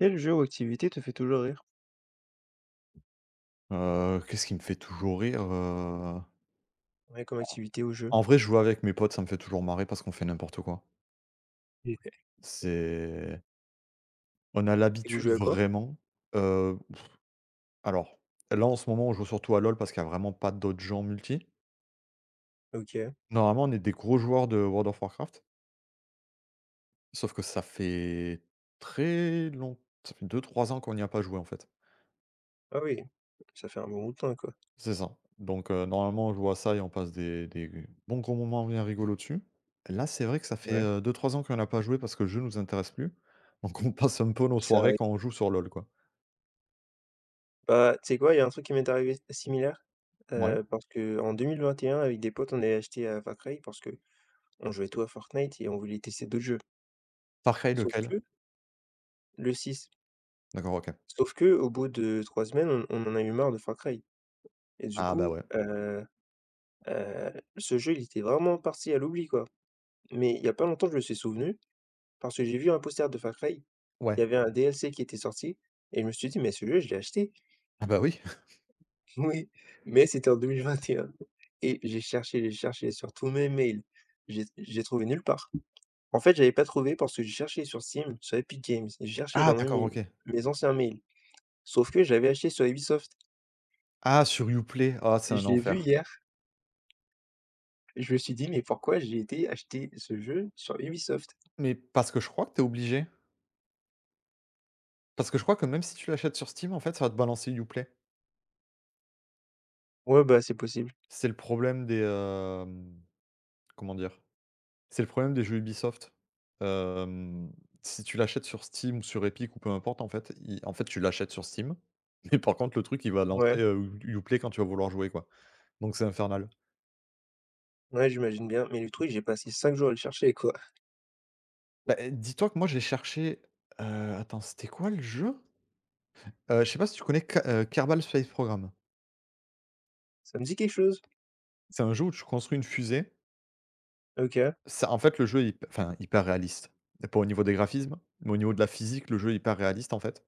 Quel jeu ou activité te fait toujours rire? Qu'est-ce qui me fait toujours rire? Ouais, comme En activité ou jeu? en vrai, jouer avec mes potes, ça me fait toujours marrer parce qu'on fait n'importe quoi. Mmh. C'est On a Et vous l'habitude jouez à quoi? vraiment. heu, alors, là, en ce moment, on joue surtout à LOL parce qu'il y a vraiment pas d'autres gens multi. OK. Normalement, on est des gros joueurs de World of Warcraft, sauf que ça fait très long ça fait 2-3 ans qu'on n'y a pas joué, en fait. Ah oui, ça fait un bon bout de temps, quoi. C'est ça. Donc, normalement, on joue à ça et on passe des bons gros moments bien rigolos dessus. Là, c'est vrai que ça Ouais. fait 2-3 ans qu'on n'a pas joué parce que le jeu nous intéresse plus. Donc on passe un peu nos Ça soirées quand on joue sur LOL, quoi. bah, tu sais quoi? Il y a un truc qui m'est arrivé similaire, Ouais. Parce qu'en 2021 avec des potes, on avait acheté, à Far Cry parce que on jouait tous à Fortnite et on voulait tester d'autres jeux. Far Cry Sauf lequel? que le 6. D'accord, OK. Sauf que au bout de 3 semaines, on en a eu marre de Far Cry et du Ah bah, coup, ouais. Heu, ce jeu, il était vraiment parti à l'oubli, quoi. Mais il y a pas longtemps, je me suis souvenu parce que j'ai vu un poster de Far Cry. Il y Ouais. avait un DLC qui était sorti et je me suis dit: «Mais celui-là, je l'ai acheté». Ah bah, oui. Oui, mais c'était en 2021 et j'ai cherché sur tous mes mails, j'ai trouvé nulle part. En fait, j'avais pas trouvé parce que j'ai cherché sur Steam, sur Epic Games, j'ai cherché Ah dans mes d'accord, mails, OK. mes anciens mails, sauf que j'avais acheté sur Ubisoft. Ah, sur Uplay. Ah, c'est Je un l'ai vu enfer. hier, je me suis dit: «Mais pourquoi j'ai été acheter ce jeu sur Ubisoft?» Mais parce que je crois que t'es obligé. Parce que je crois que même si tu l'achètes sur Steam, en fait, ça va te balancer Uplay. Ouais, bah, c'est possible. C'est le problème des, comment dire? C'est le problème des jeux Ubisoft. Hem, Si tu l'achètes sur Steam ou sur Epic ou peu importe en fait, i en fait tu l'achètes sur Steam, mais par contre le truc il va lancer, Ouais, You Uplay quand tu vas vouloir jouer, quoi. Donc c'est infernal. ouais, j'imagine bien, mais le truc, j'ai passé 5 jours à le chercher, quoi. Bah, eh, dis-toi que moi j'ai cherché, attends, c'était quoi le jeu? Je sais pas si tu connais K Kerbal Space Program? Ça me dit quelque chose. C'est un jeu où tu construis une fusée. OK, Ça en fait le jeu est hyp enfin hyper réaliste, pas au niveau des graphismes, mais au niveau de la physique, le jeu est hyper réaliste en fait.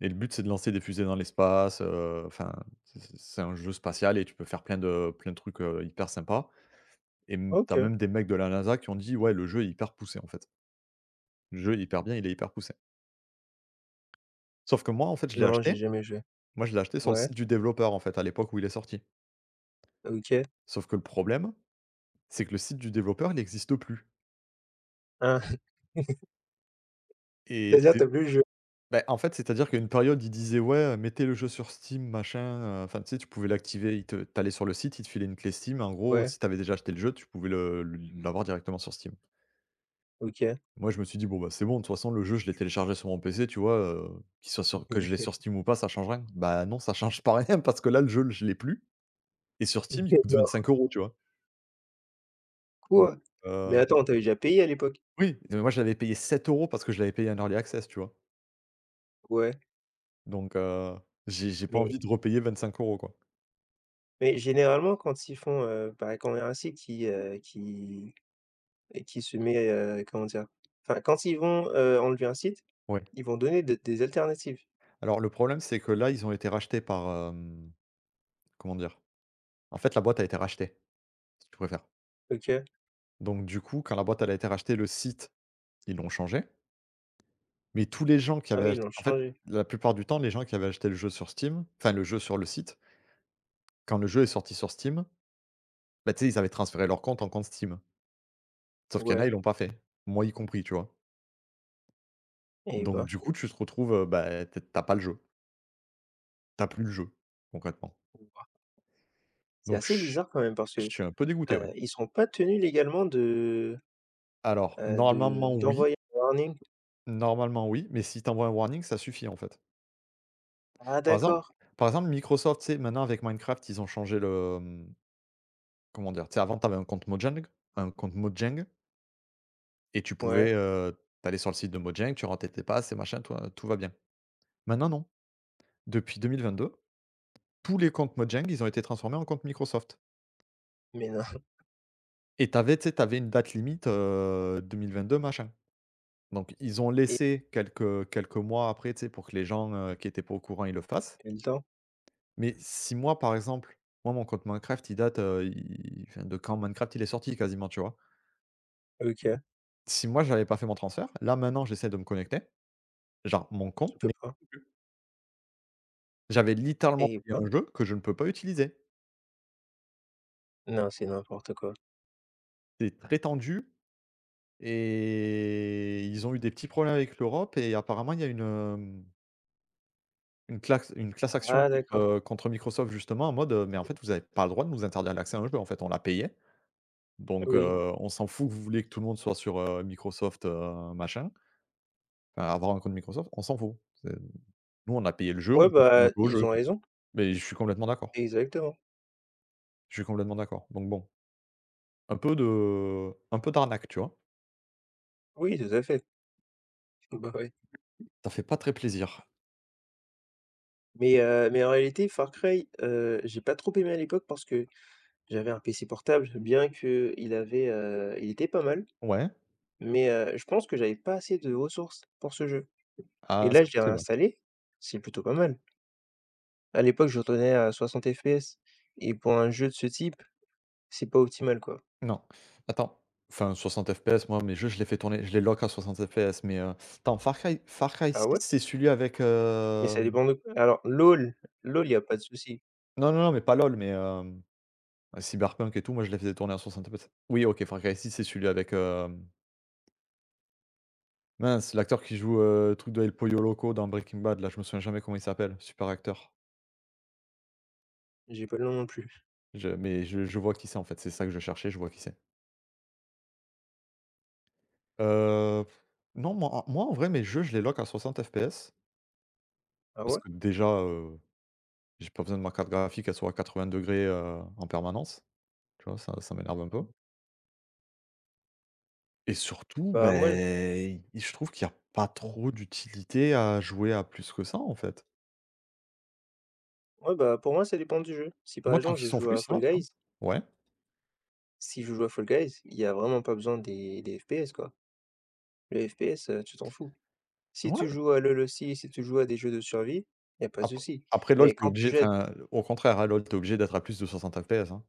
Et le but, c'est de lancer des fusées dans l'espace, enfin, c'est un jeu spatial et tu peux faire plein de trucs, hyper sympas, et m tu OK. même des mecs de la NASA qui ont dit: «Ouais, le jeu est hyper poussé, en fait. Le jeu est hyper bien, il est hyper poussé». Sauf que moi, en fait, je l'ai Non, j'ai acheté jamais joué. moi, je l'ai acheté sur le Ouais. site du développeur, en fait, à l'époque où il est sorti. OK. Sauf que le problème, c'est que le site du développeur, il n'existe plus Ah, et c'est-à-dire tu c'est as plus le jeu? Beh, en fait, c'est-à-dire qu'à une période, ils disaient: «Ouais, mettez le jeu sur Steam, machin», enfin, tu sais, tu pouvais l'activer, ils te tu allais sur le site, ils te filaient une clé Steam. En gros, Ouais, si t'avais déjà acheté le jeu, tu pouvais le l l'avoir directement sur Steam. OK. Ouais. Moi, je me suis dit: «Bon, bah, c'est bon, de toute façon, le jeu, je l'ai téléchargé sur mon PC, tu vois, qu'il soit sur que je l'ai sur Steam ou pas, ça change rien». Bah, non, ça change pas rien parce que là, le jeu, je l'ai plus, et sur Steam, il Ouais. coûte 25 euros, tu vois? coup, Donc, heu mais heu, attends, tu déjà payé à l'époque? oui, mais moi, je l'avais payé 7 € parce que je l'avais payé en early access, tu vois? Ouais, Donc, j'ai pas mais envie de repayer 25 euros, quoi. mais généralement quand ils font, bah, quand il y a un site qui, qui se met, comment dire? Enfin, quand ils vont, enlever un site, Ouais. ils vont donner de des alternatives. Alors le problème, c'est que là, ils ont été rachetés par, comment dire? En fait, la boîte a été rachetée, si tu préfères. OK. Donc du coup, quand la boîte, elle a été rachetée, le site, ils l'ont changé, mais tous les gens qui Ah avaient oui, ils ach l'ont en fait, changé. la plupart du temps, les gens qui avaient acheté le jeu sur Steam, enfin le jeu sur le site, quand le jeu est sorti sur Steam, bah, tu sais, ils avaient transféré leur compte en compte Steam. Sauf qu'il y en a, ils Ouais l'ont pas fait, moi y compris, tu vois? et Donc bah, du coup, tu te retrouves, bah, tu es pas le jeu, t'as plus le jeu, concrètement. wouah, c'est Donc assez je bizarre quand même parce je que, suis un peu dégoûté, ouais. Ils sont pas tenus légalement Alors normalement, de oui. d'envoyer un warning. Normalement oui, mais si t'envoient un warning, ça suffit en fait. Ah Par exemple d'accord, Par exemple, Microsoft, tu sais, maintenant avec Minecraft, ils ont changé le, comment dire? Tu sais, avant t'avais un compte Mojang, un compte Mojang et tu ouais, pouvais, tu sur le site de Mojang, tu rentrais tes passes et machin, toi tout va bien. Maintenant non, depuis 2022, tous les comptes Mojang, ils ont été transformés en comptes Microsoft, mais non. et t'avais, tu sais, tu avais une date limite, 2022 machin. Donc ils ont laissé quelques mois après, tu sais, pour que les gens, qui étaient pas au courant, ils le fassent. Quel temps? Mais si moi, par exemple, moi, mon compte Minecraft, il date, il enfin, de quand Minecraft, il est sorti quasiment, tu vois? OK, Si moi, j'avais pas fait mon transfert, là, maintenant, j'essaie de me connecter, genre mon compte je peux n'est pas? OK. J'avais littéralement Eh payé ben, un jeu que je ne peux pas utiliser. non, c'est n'importe quoi. C'est très tendu, et ils ont eu des petits problèmes avec l'Europe, et apparemment, il y a une, une classe une class action Ah contre, d'accord, contre Microsoft, justement, en mode, «Mais en fait, vous n'avez pas le droit de nous interdire l'accès à un jeu, en fait, on l'a payé, donc Mmh oui. on s'en fout que vous voulez que tout le monde soit sur, Microsoft, machin». Enfin, avoir un compte Microsoft, on s'en fout. C'est Nous, on a payé le jeu, on Ouais, veut bah, pouvoir jouer au ils jeu, ont quoi. raison, Mais je suis complètement d'accord. exactement. Je suis complètement d'accord. Donc bon, un peu d'arnaque, tu vois? Oui, tout à fait. Bah, ouais. Ça fait pas très plaisir. Mais en réalité, Far Cry, j'ai pas trop aimé à l'époque parce que j'avais un PC portable, bien que il avait, il était pas mal, Ouais. mais je pense que j'avais pas assez de ressources pour ce jeu et Ah, là, c'est je l'ai possible, ouais. réinstallé, c'est plutôt pas mal. À l'époque, je retournais à 60 FPS et pour un jeu de ce type, c'est pas optimal, quoi. Non. Attends. Enfin, 60 FPS, moi, mes jeux, je les fais tourner je les lock à 60 FPS, mais attends, Far Cry Ah Six, ouais? c'est celui avec, Mais ça hem dépend de quoi? Alors LOL, il y a pas de souci. non, non, non, mais pas LOL, mais Cyberpunk et tout, moi, je les faisais tourner à 60 FPS. Oui, OK, Far Cry Six, c'est celui avec, hem. Mince, l'acteur qui joue, le truc de El Pollo Loco dans Breaking Bad, là, je me souviens jamais comment il s'appelle, super acteur. J'ai pas le nom non plus. Je mais Je vois qui c'est, en fait, c'est ça que je cherchais, je vois qui c'est. Heu, non, moi, en vrai, mes jeux, je les lock à 60 FPS Ah parce ouais? que déjà, j'ai pas besoin de ma carte graphique, elle soit à 80°, en permanence, tu vois? Ça m'énerve un peu, et surtout, Bah, moi, je ben, je trouve qu'il y a pas trop d'utilité à jouer à plus que ça, en fait. Ouais, bah, pour moi, ça dépend du jeu. Si par Moi, tant exemple, qu'ils je sont joue fluides, à ça Fall va, tu Guys, vois? Ouais. si je joue à Fall Guys, il y a vraiment pas besoin des FPS, quoi. Le FPS, tu t'en fous. Si tu Ouais. joues à LOL aussi, si tu joues à des jeux de survie, il y a pas de Apr souci. Après, LOL, Mais t'es quand tu obligé jettes enfin, au contraire, hein, LOL, tu obligé d'être à plus de 60 FPS, hein.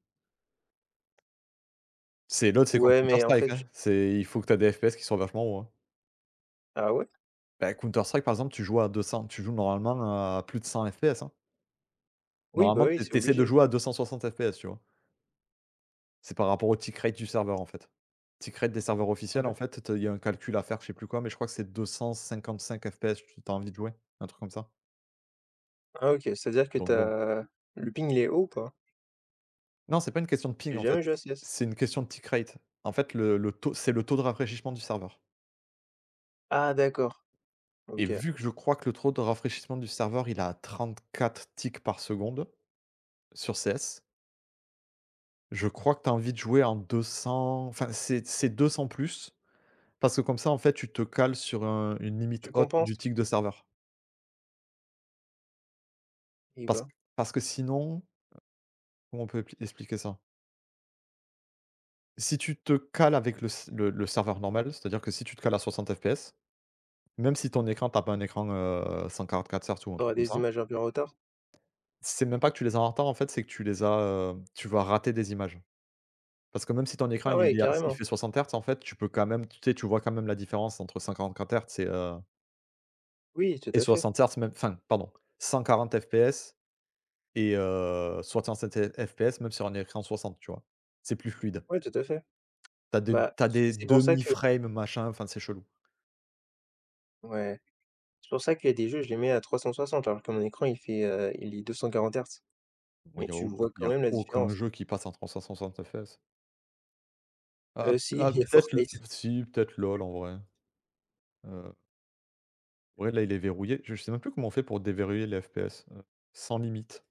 C'est LOL, c'est comme Ouais, Counter mais en fait, Strike, je hein. C'est Il faut que tu aies des FPS qui soient vachement hauts, hein. ah ouais? Bah, Counter Strike, par exemple, tu joues normalement à plus de 100 FPS, hein. Oui, bah, Normalement, oui, tu c'est tu de obligé. jouer à 260 FPS, tu vois? C'est par rapport au tick rate du serveur, en fait. Tick rate des serveurs officiels, en Ouais. fait, te il y a un calcul à faire, je sais plus quoi, mais je crois que c'est 255 FPS, tu as envie de jouer, un truc comme ça. Ah OK, c'est-à-dire que tu Donc bon. as le ping il est haut ou pas? Non, c'est pas une question de ping, J'ai en fait. jamais joué à CS. C'est une question de tick rate. En fait, le taux c'est le taux de rafraîchissement du serveur. Ah d'accord, Et OK. vu que je crois que le taux de rafraîchissement du serveur, il est à 4 ticks par seconde sur CS, je crois que tu as envie de jouer en 200, enfin, c'est 200 plus, parce que comme ça, en fait, tu te cales sur une limite Tu haute du compenses? tick de serveur. Eh Parce, ben, Parce que sinon, comment on peut expliquer ça? Si tu te cales avec le, le serveur normal, c'est-à-dire que si tu te cales à 60 FPS, même si ton écran, t'as pas un écran quatre Hz ou un tu truc auras comme des ça, images un peu en retard? c'est même pas que tu les as en retard, en fait, c'est que tu les as, tu vas rater des images. Parce que même si ton écran, Ah ouais, il est à il carrément. fait 60 Hz en fait, tu peux quand même, tu sais, tu vois quand même la différence entre 54 Hz Oui, tout et à fait. 60 Hz, même, enfin, pardon, 140 FPS et 67 F FPS même sur un écran 60, tu vois? C'est plus fluide. Oui, tout à fait. Bah, T'as c des c'est pour ça demi que frames, machin, enfin, c'est chelou. ouais, c'est pour ça qu'il y a des jeux, je les mets à 360, alors que mon écran il fait, il est 240 Hz. Il Mais y a tu auc vois Y quand a même la aucun différence. jeu qui passe en 360 FPS. Ah Si, ah ah, il y a peut-être l Fortnite. Si, peut-être LOL en vrai. Heu, ouais, là, il est verrouillé. Je sais même plus comment on fait pour déverrouiller les FPS, sans limite.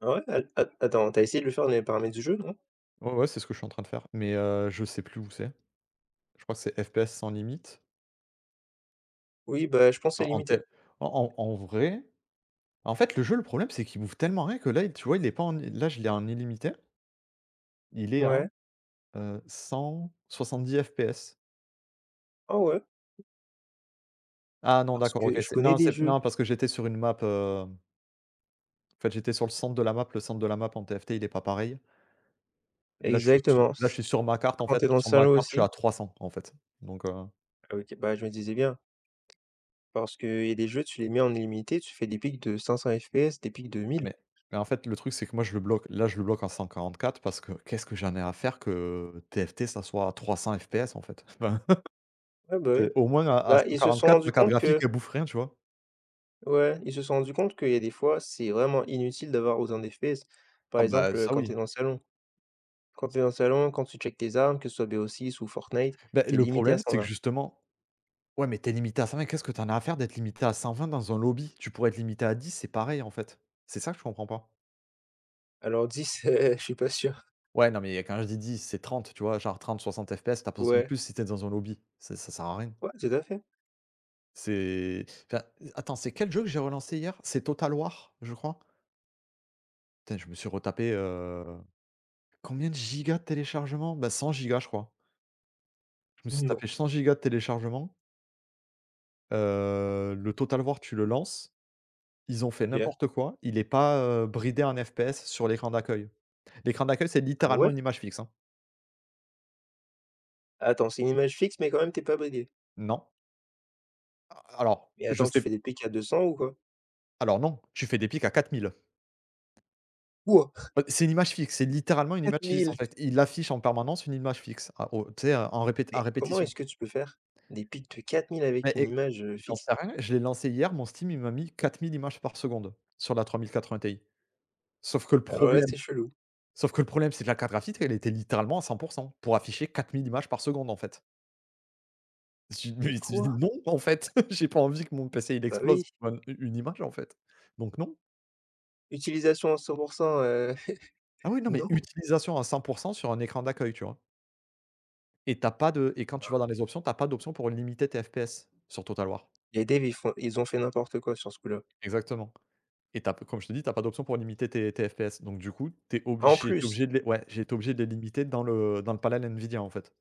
Ah ouais? At at attends, t'as essayé de le faire dans les paramètres du jeu, non? Ouais, ouais, c'est ce que je suis en train de faire, mais je sais plus où c'est. Je crois que c'est FPS sans limite. Oui, bah, je pense que En c'est en limité. tel en en vrai, en fait, le jeu, le problème, c'est qu'il m'ouvre tellement rien que là, tu vois, il est pas en là, je l'ai en illimité. Il est à, Ouais. 170 FPS. Ah ouais? Ah non, Parce d'accord, OK, que je connais des c'est jeux. non, parce que j'étais sur une map, en fait, j'étais sur le centre de la map. Le centre de la map en TFT, il est pas pareil. Là, je suis su Exactement. là, C je suis sur ma carte, en quand fait. t'es dans le Sur ma salon carte, je suis aussi? à 300, en fait, donc. Ah OK, bah, je me disais bien. Parce qu'il y a des jeux, tu les mets en illimité, tu fais des pics de 500 FPS, des pics de 1000. Mais mais en fait, le truc, c'est que moi, je le bloque là, je le bloque en 144 parce que qu'est-ce que j'en ai à faire que TFT, ça soit à 300 FPS, en fait? Enfin, Ouais, bah, oui. c'est au moins à Bah, ils se sont 144, rendus ma carte compte graphique, que elle bouffe rien, tu vois? ouais, ils se sont rendus compte qu'il y a des fois, c'est vraiment inutile d'avoir autant de FPS. Par Ah exemple, bah, ça, quand t'es oui. dans le salon. Quand t'es dans le salon, quand tu checkes tes armes, que ce soit BO6 ou Fortnite, Ben t'es le limité à problème, c'est que 120. justement, ouais, mais t'es limité à 120, qu'est-ce que t'en as à faire d'être limité à 120 dans un lobby? Tu pourrais être limité à 10, c'est pareil, en fait. C'est ça que je comprends pas. Alors 10, je suis pas sûr. Ouais, non, mais quand je dis 10, c'est 30, tu vois? Genre 30-60 FPS, tu as pas besoin de Ouais. plus si t'es dans un lobby. C'est Ça sert à rien. Ouais, tout à fait. C'est Enfin, attends, c'est quel jeu que j'ai relancé hier? C'est Total War, je crois. Putain, je me suis retapé, combien de gigas de téléchargement? Bah, 100 gigas, je crois. Je me suis Non, tapé 100 gigas de téléchargement. Le Total War, tu le lances, ils ont fait OK. n'importe quoi. Il est pas, bridé en FPS sur l'écran d'accueil. L'écran d'accueil, c'est Ah littéralement ouais? une image fixe, hein. Attends, c'est une image fixe, mais quand même, tu es pas bridé. Non. Alors, Mais je attends, tu sais fais des pics à 200 ou quoi? alors non, tu fais des pics à 4000. Wouah! C'est une image fixe, c'est littéralement une 4 image fixe, en 000! fait. Il affiche en permanence une image fixe, à au tu sais, en répét à Mais comment répétition. est-ce que tu peux faire des pics de 4 000 avec Mais une éc image, j'en fixe? sais rien, je l'ai lancé hier, mon Steam, il m'a mis 4000 images par seconde sur la 3080 Ti. Sauf que le Alors là, problème c'est chelou. sauf que le problème, c'est que la carte graphique, elle était littéralement à 100% pour afficher 4000 images par seconde, en fait. Je Mais me suis dit: quoi? «Non, en fait, j'ai pas envie que mon PC, il Bah explose oui, pour un une image, en fait». Donc non. utilisation à 100, heu, Ah oui, non, mais non. utilisation à 100% sur un écran d'accueil, tu vois? Et t'as pas de et quand tu Non, vas dans les options, t'as pas d'option pour limiter tes FPS sur Total War. les devs, ils ont fait n'importe quoi sur ce coup-là. Exactement. Et tu p comme je te dis, tu as pas d'option pour limiter tes FPS. Donc du coup, tu es En obligé tu es plus, obligé de les ouais, j'ai été obligé de les limiter dans le palal Nvidia, en fait.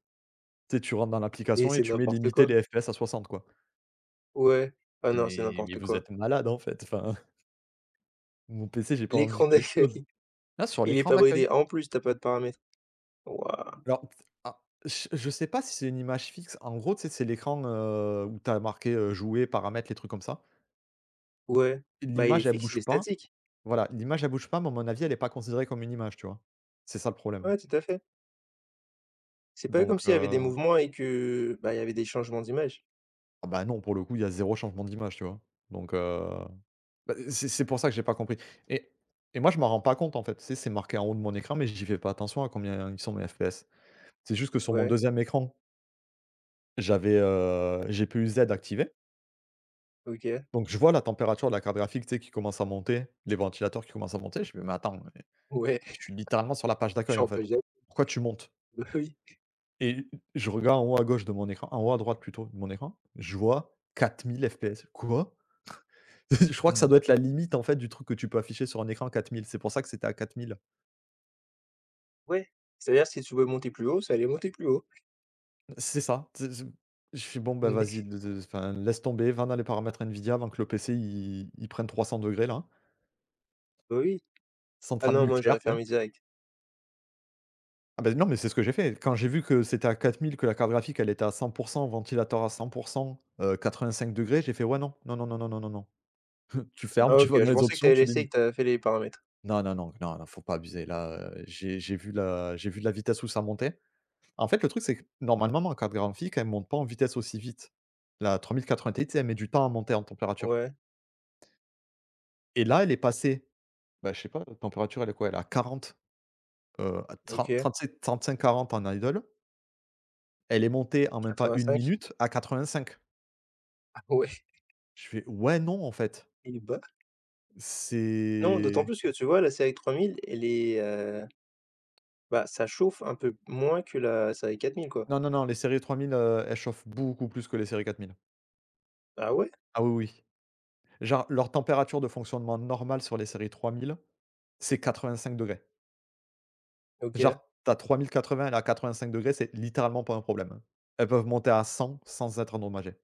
Tu sais, tu rentres dans mais l'application et c'est tu mets n'importe limiter quoi. les FPS à 60, quoi. Ouais. Ah Je dis: non, c'est «Mais n'importe vous quoi. êtes malades, en fait, enfin, mon PC, j'ai pas envie L'écran qu'il explose». d'accueil, Là, sur il est l'écran pas d'accueil. bridé. En plus, t'as pas de paramètres. Waouh! Alors t ah, je sais pas si c'est une image fixe. En gros, tu sais, c'est l'écran, où tu as marqué, «Jouer», «Paramètres», les trucs comme ça. Ouais. Bah, il est L'image, elle fixe, il bouge est pas. statique. Voilà, l'image, elle bouge pas, mais à mon avis, elle est pas considérée comme une image, tu vois? C'est ça le problème. Ouais, tout à fait. C'est pas comme Donc s'il y avait des heu mouvements et que, bah, il y avait des changements d'image. Ah bah, non, pour le coup, il y a zéro changement d'image, tu vois? Donc, bah, c'est pour ça que j'ai pas compris et et moi, je m'en rends pas compte, en fait. Tu sais, c'est marqué en haut de mon écran, mais j'y fais pas attention à combien ils sont mes FPS. C'est juste que sur mon Ouais, deuxième écran, j'avais, GPU-Z activé, OK, donc je vois la température de la carte graphique, tu sais, qui commence à monter, les ventilateurs qui commencent à monter. Je me dis: «Mais attends, mais ouais, je suis littéralement sur la page je suis d'accueil, en en fait. pagette. Pourquoi tu montes?» Bah, oui. Et je regarde en haut à gauche de mon écran, en haut à droite plutôt de mon écran, je vois 4000 FPS. Quoi? Je Et crois que ça non. doit être la limite, en fait, du truc que tu peux afficher sur un écran, 4000. C'est pour ça que c'était à 4000. Ouais, c'est-à-dire si tu veux monter plus haut, ça allait monter plus haut. C'est ça. C'est je fais: «Bon, bah, vas-y, Mais de enfin, laisse tomber, va dans les paramètres NVIDIA avant que le PC il prenne 300 degrés là, hein. bah, oui. Ah Centrale non, moi nucléaire», j'aurais tu sais? fermé direct. Ah, ben non, mais c'est ce que j'ai fait. Quand j'ai vu que c'était à quatre mille, que la carte graphique, elle était à 100%, ventilateur à 100%, pour 85 degrés, j'ai fait: «Ouais, non, non, non, non, non, non, non, non». Tu Ah fermes, tu OK, vas dans je les pensais que options, t'avais tu laissé et que limites. t'avais fait les paramètres. Non, non, non, non, non, faut pas abuser. Là, j'ai vu de la vitesse où ça montait. En fait, le truc, c'est que normalement, ma carte graphique, elle monte pas en vitesse aussi vite. La 3080 Ti, tu sais, elle met du temps à monter en température. Ouais, Et là, elle est passée, bah, je sais pas, la température, elle est quoi? Elle est à 40, à 30, OK, 35-40 en idle. Elle est montée en même pas une 85. minute à 85. Ah ouais, Je fais: «Ouais, non, en fait». il est bas. Non, d'autant C'est plus que tu vois, la série 3000, elle est, bah, ça chauffe un peu moins que la série 4000, quoi. Non, non, non, les séries 3000, elles chauffent beaucoup plus que les séries 4000. Ah ouais? Ah oui, oui. Genre, leur température de fonctionnement normale sur les séries 3000, c'est 85 degrés. OK. Genre, t'as trois tu as 3080, elle est à 5 degrés, c'est littéralement pas un problème, hein. Elles peuvent monter à 100 sans être endommagées.